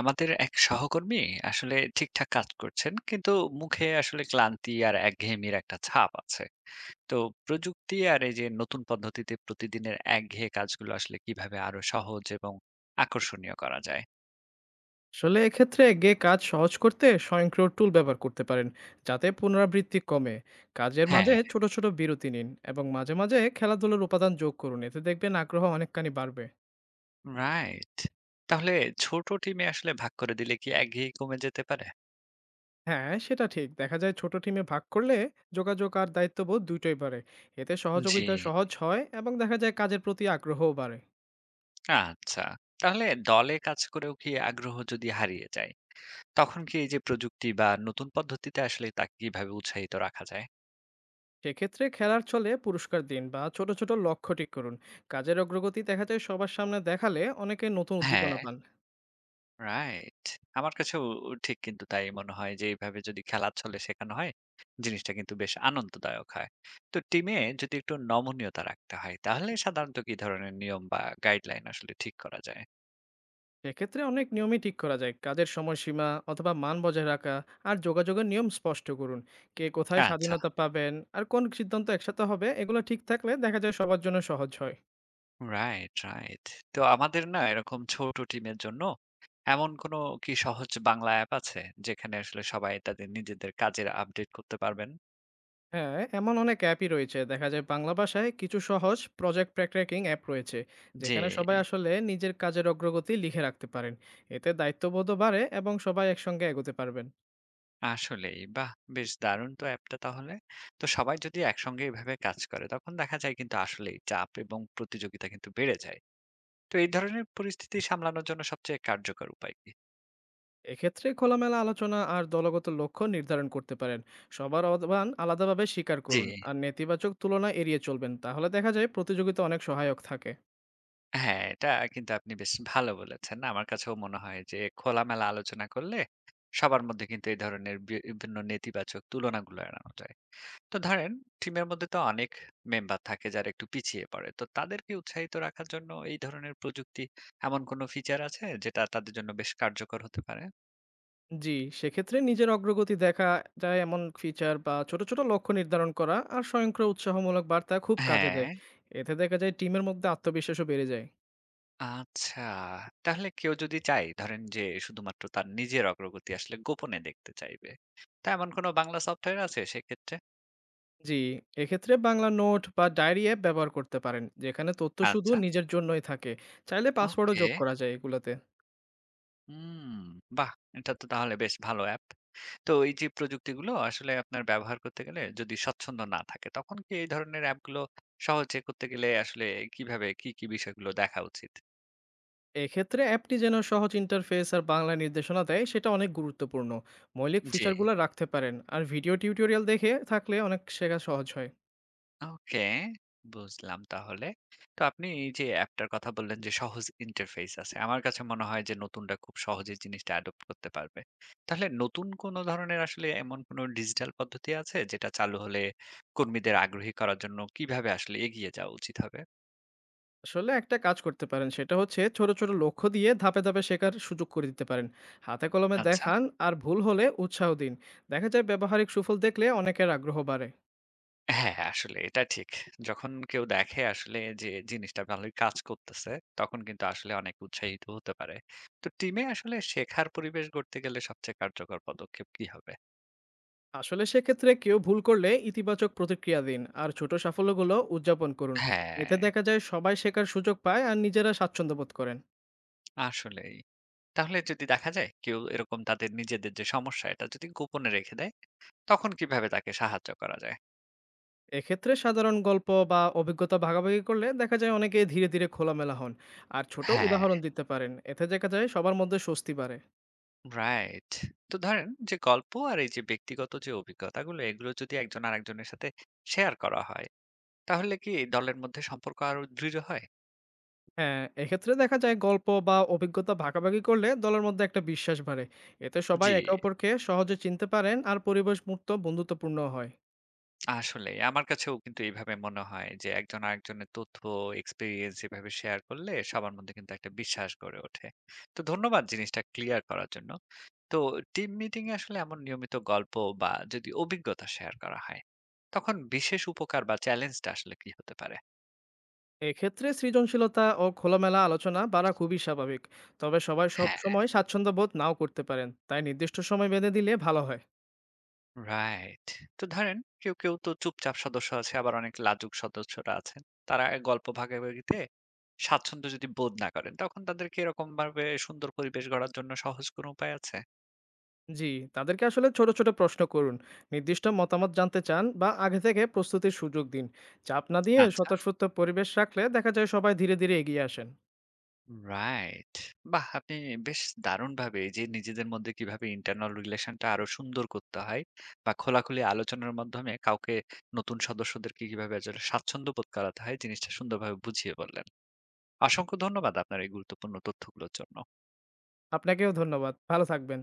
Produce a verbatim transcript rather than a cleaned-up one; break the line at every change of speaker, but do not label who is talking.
আমাদের এক সহকর্মী আসলে ঠিকঠাক কাজ করছেন, কিন্তু মুখে আসলে ক্লান্তি আর একঘেয়েমির একটা ছাপ আছে। তো প্রযুক্তি আর এই যে নতুন পদ্ধতিতে প্রতিদিনের একঘেয়ে কাজগুলো আসলে কিভাবে আরো সহজ এবং আকর্ষণীয় করা যায়?
আসলে এক্ষেত্রে গে কাজ সহজ করতে স্বয়ংক্রিয় টুল ব্যবহার করতে পারেন যাতে পুনরাবৃত্তি কমে। কাজের মাঝে
হ্যাঁ,
ছোট ছোট বিরতি নিন এবং মাঝে মাঝে খেলাধুলার উপাদান যোগ করুন, এতে দেখবেন আগ্রহ অনেকখানি বাড়বে।
রাইট। তাহলে ছোট টিমে আসলে ভাগ করে দিলে কি একঘেয়ে কমে যেতে পারে?
হ্যাঁ, সেটা ঠিক। দেখা যায় ছোট টিমে ভাগ করলে যোগাযোগ আর দায়িত্ববোধ দুটোই বাড়ে। এতে
জি,
সহযোগিতা সহজ হয় এবং দেখা যায় কাজের প্রতি আগ্রহও বাড়ে।
আচ্ছা। তাহলে দলে কাজ করেও কি আগ্রহ যদি হারিয়ে যায়, তখন কি এই যে প্রযুক্তি বা নতুন পদ্ধতিতে আসলে তাকে কিভাবে উৎসাহিত রাখা যায়?
সেক্ষেত্রে খেলার ছলে পুরস্কার দিন বা ছোট ছোট লক্ষ্য ঠিক করুন। কাজের অগ্রগতি দেখা যায় সবার সামনে দেখালে অনেকে নতুন
হ্যাঁ,
উদ্দীপনা পান।
রাইট। আমার কাছেও ঠিক কিন্তু তাই মনে হয় যে এইভাবে যদি খেলার ছলে শেখানো হয়, জিনিসটা কিন্তু বেশ আনন্দদায়ক হয়। তো টিমে যদি একটু নমনীয়তা রাখতে হয়, তাহলে সাধারণত কি ধরনের নিয়ম বা গাইডলাইন আসলে ঠিক করা যায়?
সেক্ষেত্রে অনেক নিয়মই ঠিক করা যায়, কাজের সময়সীমা অথবা মান বজায় রাখা আর যোগাযোগের নিয়ম স্পষ্ট করুন। কে কোথায়
আচ্ছা।
স্বাধীনতা পাবেন আর কোন সিদ্ধান্ত একসাথে হবে, এগুলো ঠিক থাকলে দেখা যায় সবার জন্য সহজ হয়।
Right, right. তো আমাদের না এরকম ছোট টিমের জন্য এমন কোনো কি সহজ বাংলা অ্যাপ আছে যেখানে আসলে সবাই তাদের নিজেদের কাজের আপডেট করতে পারবেন?
হ্যাঁ, এমন অনেক অ্যাপই রয়েছে। দেখা যায় বাংলা ভাষায় কিছু সহজ প্রজেক্ট ট্র্যাকিং অ্যাপ রয়েছে
জি।
যেখানে সবাই আসলে নিজের কাজের অগ্রগতি লিখে রাখতে পারেন। এতে দায়িত্ববোধও বাড়ে এবং সবাই একসঙ্গে এগোতে পারবেন।
আসলেই। বাহ! বেশ দারুণ তো অ্যাপটা তাহলে। তো সবাই যদি একসঙ্গে এভাবে কাজ করে তখন দেখা যায় কিন্তু আসলেই চাপ এবং প্রতিযোগিতা কিন্তু বেড়ে যায়। তো এই ধরনের পরিস্থিতি সামলানোর জন্য সবচেয়ে কার্যকর উপায় কি?
এক্ষেত্রে খোলামেলা আলোচনা আর দলগত লক্ষ্য নির্ধারণ করতে পারেন। সবার অবদান আলাদাভাবে স্বীকার
জি।
করুন আর নেতিবাচক তুলনা এড়িয়ে চলবেন, তাহলে দেখা যায় প্রতিযোগিতা অনেক সহায়ক থাকে।
হ্যাঁ, এটা কিন্তু আপনি বেশ ভালো বলেছেন। আমার কাছেও মনে হয় যে খোলামেলা আলোচনা করলে সবার মধ্যে কিন্তু এই ধরনের বি বিভিন্ন নেতিবাচক তুলনাগুলো এড়ানো যায়। তো ধরেন টিমের মধ্যে তো অনেক মেম্বার থাকে যারা একটু পিছিয়ে পড়ে, তো তাদেরকে উৎসাহিত রাখার জন্য এই ধরনের প্রযুক্তি এমন কোনো ফিচার আছে যেটা তাদের জন্য বেশ কার্যকর হতে পারে?
জি, সেক্ষেত্রে নিজের অগ্রগতি দেখা যায় এমন ফিচার বা ছোট ছোট লক্ষ্য নির্ধারণ করা আর স্বয়ংক্রিয় উৎসাহমূলক বার্তা খুব কাজে
হ্যাঁ।
দেয়। এতে দেখা যায় টিমের মধ্যে আত্মবিশ্বাসও বেড়ে যায়।
আচ্ছা, তাহলে কেউ যদি চায় ধরেন যে শুধুমাত্র তার নিজের অগ্রগতি আসলে গোপনে দেখতে চাইবে, তা এমন কোনো বাংলা সফটওয়্যার আছে সেক্ষেত্রে?
জি, এক্ষেত্রে বাংলা নোট বা ডায়েরি অ্যাপ ব্যবহার করতে পারেন যেখানে তথ্য শুধু
আচ্ছা।
নিজের জন্যই থাকে। চাইলে পাসওয়ার্ডও
ওকে।
যোগ করা যায় এগুলোতে।
হুম, বাহ! এটা তো তাহলে বেশ ভালো অ্যাপ। তো এই যে প্রযুক্তিগুলো আসলে আপনার ব্যবহার করতে গেলে যদি স্বচ্ছন্দ না থাকে, তখন কি এই ধরনের অ্যাপগুলো সহজে করতে গেলে আসলে কিভাবে কি, কি বিষয়গুলো দেখা উচিত?
এক্ষেত্রে অ্যাপটি যেন সহজ ইন্টারফেস আর বাংলা নির্দেশনা দেয় সেটা অনেক গুরুত্বপূর্ণ। মৌলিক
জি।
ফিচারগুলো রাখতে পারেন আর ভিডিও টিউটোরিয়াল দেখে থাকলে অনেক শেখা সহজ হয়।
ওকে, বুঝলাম তাহলে। তো আপনি এই যে অ্যাপটার কথা বললেন যে সহজ ইন্টারফেস আছে। আমার কাছে মনে হয় যে নতুনরা খুব সহজেই জিনিসটা অ্যাডপ্ট করতে পারবে। তাহলে নতুন কোন ধরনের আসলে এমন কোন ডিজিটাল পদ্ধতি আছে যেটা চালু হলে কর্মীদের আগ্রহী করার জন্য কিভাবে আসলে এগিয়ে যাওয়া উচিত হবে?
আসলে একটা কাজ করতে পারেন, সেটা হচ্ছে ছোট ছোট লক্ষ্য দিয়ে ধাপে ধাপে শেখার সুযোগ করে দিতে পারেন। হাতে কলমে
আচ্ছা।
দেখান আর ভুল হলে উৎসাহ দিন। দেখা যায় ব্যবহারিক সুফল দেখলে অনেকের আগ্রহ বাড়ে।
হ্যাঁ, আসলে এটা ঠিক। যখন কেউ দেখে আসলে যে জিনিসটা ভালোই কাজ করতেছে, তখন কিন্তু আসলে অনেক উৎসাহিত হতে পারে। তো টিমে আসলে শেখার পরিবেশ গড়তে গেলে সবচেয়ে কার্যকর পদক্ষেপ কি হবে?
আসলে সেক্ষেত্রে কেউ ভুল করলে ইতিবাচক প্রতিক্রিয়া দিন আর ছোট সাফল্যগুলো উদযাপন করুন। এতে
হ্যাঁ,
দেখা যায় সবাই শেখার সুযোগ পায় আর নিজেরা স্বাচ্ছন্দ্য বোধ করেন।
আসলেই। তাহলে যদি দেখা যায় কেউ এরকম তাদের নিজেদের যে সমস্যা এটা যদি গোপনে রেখে দেয়, তখন কিভাবে তাকে সাহায্য করা যায়?
এক্ষেত্রে সাধারণ গল্প বা অভিজ্ঞতা ভাগাভাগি করলে দেখা যায় অনেকেই ধীরে ধীরে খোলামেলা হন। আর ছোট
হ্যাঁ,
উদাহরণ দিতে পারেন, এতে দেখা যায় সবার মধ্যে স্বস্তি বাড়ে।
রাইট। তো ধরেন যে গল্প আর এই যে ব্যক্তিগত যে অভিজ্ঞতাগুলো এগুলো যদি একজন আরেকজনের সাথে শেয়ার করা হয়, তাহলে কি দলের মধ্যে সম্পর্ক আরো দৃঢ় হয়?
হ্যাঁ, এক্ষেত্রে দেখা যায় গল্প বা অভিজ্ঞতা ভাগাভাগি করলে দলের মধ্যে একটা বিশ্বাস বাড়ে। এতে সবাই
জি।
একে অপরকে সহজে চিনতে পারেন আর পরিবেশ মুক্ত বন্ধুত্বপূর্ণ হয়।
আসলেই আমার কাছেও কিন্তু এইভাবে মনে হয় যে একজন আরেকজনের তথ্য, এক্সপেরিয়েন্স এভাবে শেয়ার করলে সবার মধ্যে কিন্তু একটা বিশ্বাস গড়ে ওঠে। তো ধন্যবাদ জিনিসটা ক্লিয়ার করার জন্য। তো টিম মিটিং এ আসলে এমন নিয়মিত গল্প বা যদি অভিজ্ঞতা শেয়ার করা হয়, তখন বিশেষ উপকার বা চ্যালেঞ্জটা আসলে কি হতে পারে?
এক্ষেত্রে সৃজনশীলতা ও খোলামেলা আলোচনা বাড়া খুবই স্বাভাবিক। তবে সবাই সব
হ্যাঁ,
সময় স্বাচ্ছন্দ্য বোধ নাও করতে পারেন, তাই নির্দিষ্ট সময় বেঁধে দিলে ভালো হয়।
রাইট। তো ধরেন কেউ, কেউ তো চুপচাপ সদস্য আছে, আবার অনেক লাজুক সদস্যরা আছেন। তারা গল্প ভাগাভাগিতে স্বাচ্ছন্দ্য যদি বোধ না করেন, তখন তাদেরকে এরকমভাবে সুন্দর পরিবেশ গড়ার জন্য সহজ কোনো উপায় আছে?
জি, তাদেরকে আসলে ছোট ছোট প্রশ্ন করুন। নির্দিষ্ট মতামত জানতে চান বা আগে থেকে প্রস্তুতির সুযোগ দিন। চাপ না দিয়ে
আচ্ছা,
স্বতঃস্ফূর্ত পরিবেশ রাখলে দেখা যায় সবাই ধীরে ধীরে এগিয়ে আসেন।
রাইট। বাহ! আপনি বেশ দারুণভাবে এই যে নিজেদের মধ্যে কিভাবে ইন্টারনাল রিলেশনটা আরো সুন্দর করতে হয় বা খোলাখুলি আলোচনার মাধ্যমে কাউকে নতুন সদস্যদেরকে কিভাবে আসলে স্বাচ্ছন্দ্য বোধ করাতে হয়, জিনিসটা সুন্দরভাবে বুঝিয়ে বললেন। অসংখ্য ধন্যবাদ আপনার এই গুরুত্বপূর্ণ তথ্যগুলোর জন্য।
আপনাকেও ধন্যবাদ। ভালো থাকবেন।